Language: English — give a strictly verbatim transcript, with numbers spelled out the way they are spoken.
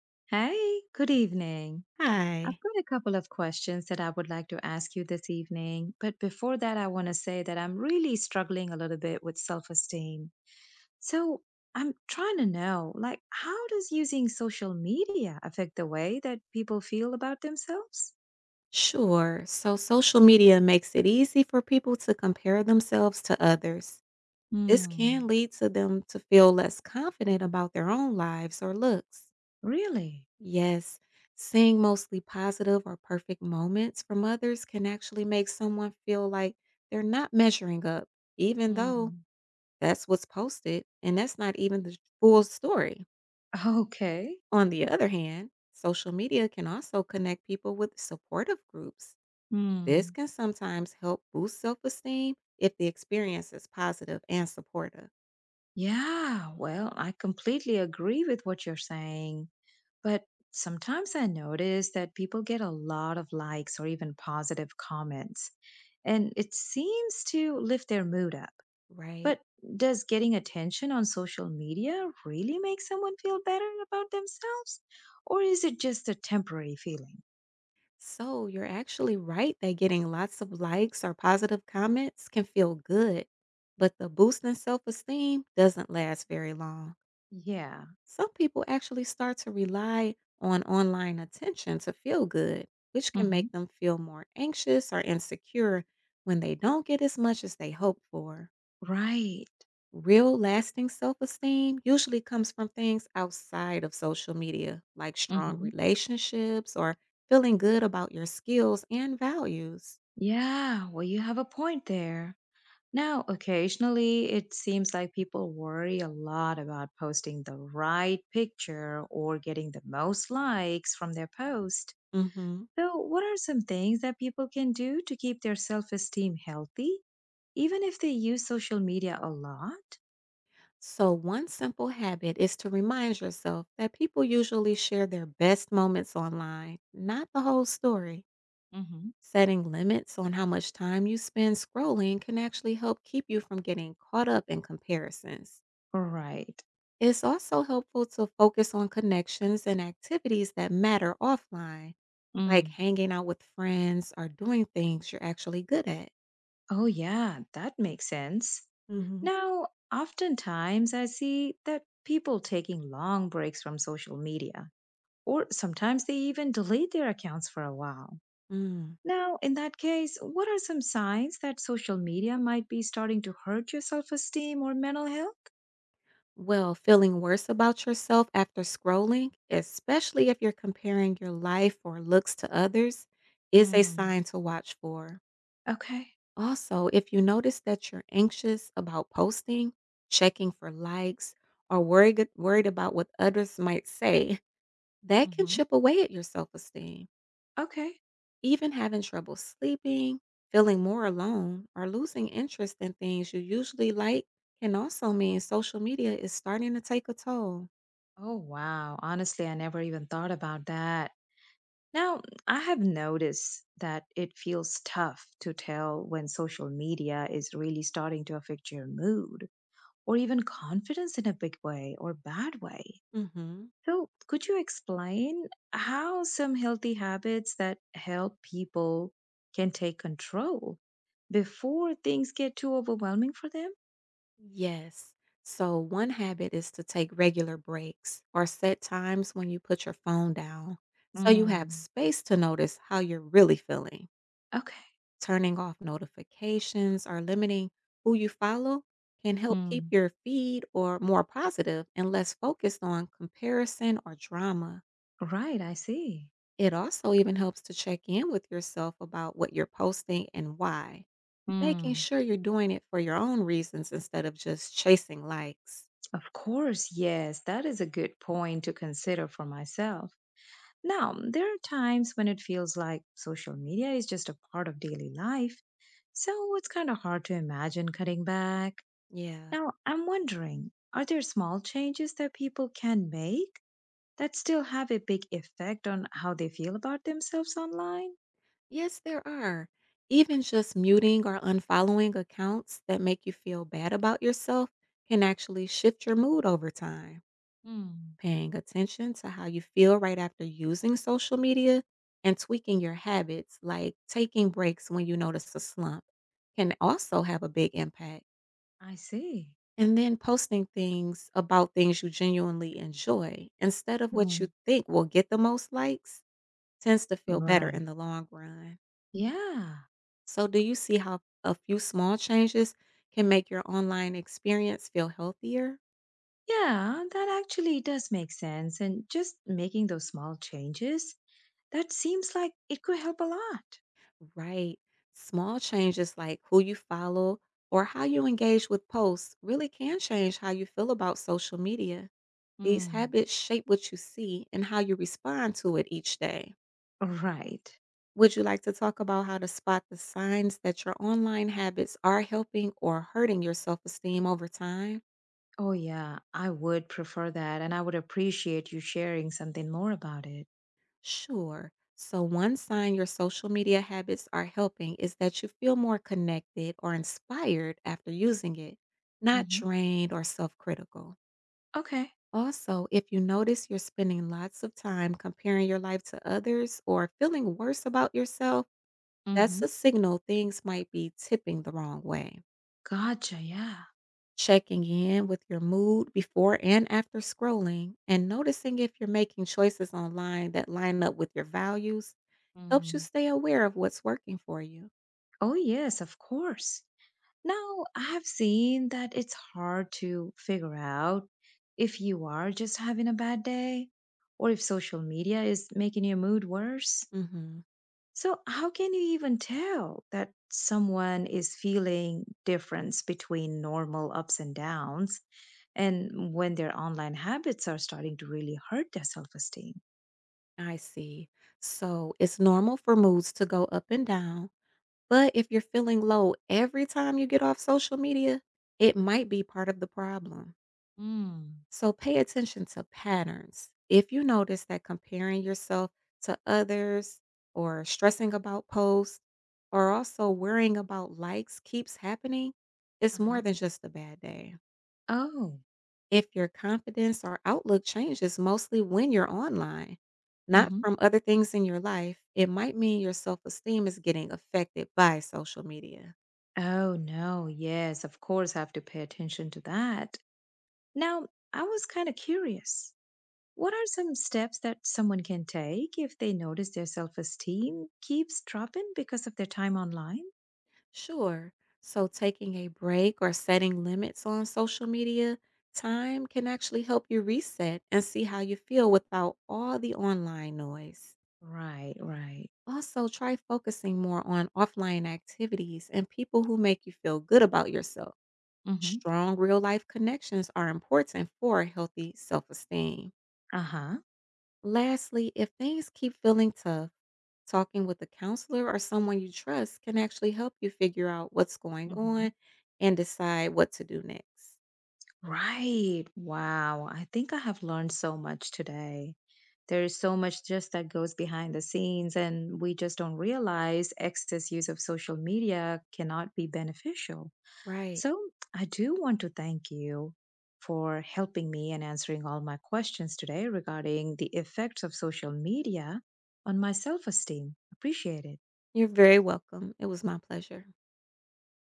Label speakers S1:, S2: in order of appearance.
S1: Hey, good evening.
S2: Hi.
S1: I've got a couple of questions that I would like to ask you this evening, but before that, I want to say that I'm really struggling a little bit with self-esteem. So I'm trying to know, like, how does using social media affect the way that people feel about themselves?
S2: Sure. So social media makes it easy for people to compare themselves to others. This can
S1: Hmm,
S2: lead to them to feel less confident about their own lives or looks.
S1: really?
S2: Yes, seeing mostly positive or perfect moments from others can actually make someone feel like they're not measuring up, even though
S1: Hmm,
S2: that's what's posted, and that's not even the full story.
S1: okay.
S2: On the other hand, social media can also connect people with supportive groups. This
S1: Hmm.
S2: can sometimes help boost self esteem if the experience is positive and supportive.
S1: Yeah, well, I completely agree with what you're saying. But sometimes I notice that people get a lot of likes or even positive comments, and it seems to lift their mood up.
S2: Right.
S1: But does getting attention on social media really make someone feel better about themselves? Or is it just a temporary feeling?
S2: So, you're actually right that getting lots of likes or positive comments can feel good, but the boost in self esteem doesn't last very long.
S1: Yeah.
S2: Some people actually start to rely on online attention to feel good, which can
S1: Hmm.
S2: make them feel more anxious or insecure when they don't get as much as they hope for.
S1: Right.
S2: Real lasting self esteem usually comes from things outside of social media, like strong
S1: Hmm.
S2: relationships or feeling good about your skills and values.
S1: Yeah. Well, you have a point there. Now, occasionally, it seems like people worry a lot about posting the right picture or getting the most likes from their post.
S2: Mhm.
S1: So, what are some things that people can do to keep their self esteem healthy, even if they use social media a lot?
S2: So, one simple habit is to remind yourself that people usually share their best moments online, not the whole story.
S1: Hmm.
S2: Setting limits on how much time you spend scrolling can actually help keep you from getting caught up in comparisons.
S1: Right.
S2: It's also helpful to focus on connections and activities that matter offline, like
S1: Mm.
S2: hanging out with friends or doing things you're actually good at.
S1: Oh, yeah, that makes sense.
S2: Hmm.
S1: Now, oftentimes I see that people taking long breaks from social media, or sometimes they even delete their accounts for a while.
S2: Mm.
S1: Now, in that case, what are some signs that social media might be starting to hurt your self esteem or mental health?
S2: Well, feeling worse about yourself after scrolling, especially if you're comparing your life or looks to others, is a
S1: Mm.
S2: sign to watch for.
S1: Okay.
S2: Also, if you notice that you're anxious about posting, checking for likes, or worried worried about what others might say, that can
S1: Mm-hmm.
S2: chip away at your self esteem.
S1: Okay.
S2: Even having trouble sleeping, feeling more alone, or losing interest in things you usually like can also mean social media is starting to take a toll.
S1: Oh, wow. Honestly, I never even thought about that. Now, I have noticed that it feels tough to tell when social media is really starting to affect your mood or even confidence in a big way or bad way.
S2: Mhm.
S1: So, could you explain how some healthy habits that help people can take control before things get too overwhelming for them?
S2: Yes. So, one habit is to take regular breaks or set times when you put your phone down so you have
S1: Mm.
S2: space to notice how you're really feeling.
S1: Okay.
S2: Turning off notifications or limiting who you follow can help keep
S1: Mm.
S2: your feed or more positive and less focused on comparison or drama.
S1: Right, I see.
S2: It also even helps to check in with yourself about what you're posting and why, making
S1: Mm.
S2: sure you're doing it for your own reasons instead of just chasing likes.
S1: Of course, yes, that is a good point to consider for myself. Now, there are times when it feels like social media is just a part of daily life, so it's kind of hard to imagine cutting back.
S2: Yeah.
S1: Now, I'm wondering, are there small changes that people can make that still have a big effect on how they feel about themselves online?
S2: Yes, there are. Even just muting or unfollowing accounts that make you feel bad about yourself can actually shift your mood over time.
S1: Hmm.
S2: Paying attention to how you feel right after using social media and tweaking your habits, like taking breaks when you notice a slump, can also have a big impact.
S1: I see.
S2: And then posting things about things you genuinely enjoy instead of what you
S1: Mm.
S2: think will get the most likes tends to feel better in
S1: Right.
S2: the long run.
S1: Yeah.
S2: So, do you see how a few small changes can make your online experience feel healthier?
S1: Yeah, that actually does make sense. And just making those small changes, that seems like it could help a lot.
S2: Right. Small changes like who you follow or how you engage with posts really can change how you feel about social media. These
S1: Mm.
S2: habits shape what you see and how you respond to it each day.
S1: Right.
S2: Would you like to talk about how to spot the signs that your online habits are helping or hurting your self esteem over time?
S1: Oh, yeah. I would prefer that. And I would appreciate you sharing something more about it.
S2: Sure. So, one sign your social media habits are helping is that you feel more connected or inspired after using it, not
S1: Mm-hmm.
S2: drained or self critical.
S1: Okay.
S2: Also, if you notice you're spending lots of time comparing your life to others or feeling worse about yourself, that's
S1: Mm-hmm.
S2: a signal things might be tipping the wrong way.
S1: Gotcha. Yeah.
S2: Checking in with your mood before and after scrolling and noticing if you're making choices online that line up with your values helps you
S1: Mm.
S2: stay aware of what's working for you.
S1: Oh, yes, of course. Now, I have seen that it's hard to figure out if you are just having a bad day or if social media is making your mood worse.
S2: Mhm.
S1: So, how can you even tell that someone is feeling difference between normal ups and downs and when their online habits are starting to really hurt their self-esteem?
S2: I see. So, it's normal for moods to go up and down, but if you're feeling low every time you get off social media, it might be part of the problem.
S1: Mm.
S2: So pay attention to patterns. If you notice that comparing yourself to others or stressing about posts or also worrying about likes keeps happening, it's more
S1: Uh-huh.
S2: than just a bad day.
S1: Oh.
S2: If your confidence or outlook changes mostly when you're online, not
S1: Mm-hmm.
S2: from other things in your life, it might mean your self esteem is getting affected by social media.
S1: Oh, no. Yes, of course, I have to pay attention to that. Now, I was kind of curious. What are some steps that someone can take if they notice their self esteem keeps dropping because of their time online?
S2: Sure. So, taking a break or setting limits on social media time can actually help you reset and see how you feel without all the online noise.
S1: Right, right.
S2: Also, try focusing more on offline activities and people who make you feel good about yourself. Strong real life connections are important for healthy self esteem.
S1: Uh-huh.
S2: Lastly, if things keep feeling tough, talking with a counselor or someone you trust can actually help you figure out what's going
S1: Hmm.
S2: on and decide what to do next.
S1: Right. Wow. I think I have learned so much today. There's so much just that goes behind the scenes, and we just don't realize excess use of social media cannot be beneficial.
S2: Right.
S1: So, I do want to thank you for helping me and answering all my questions today regarding the effects of social media on my self esteem. Appreciate it.
S2: You're very welcome. It was my pleasure.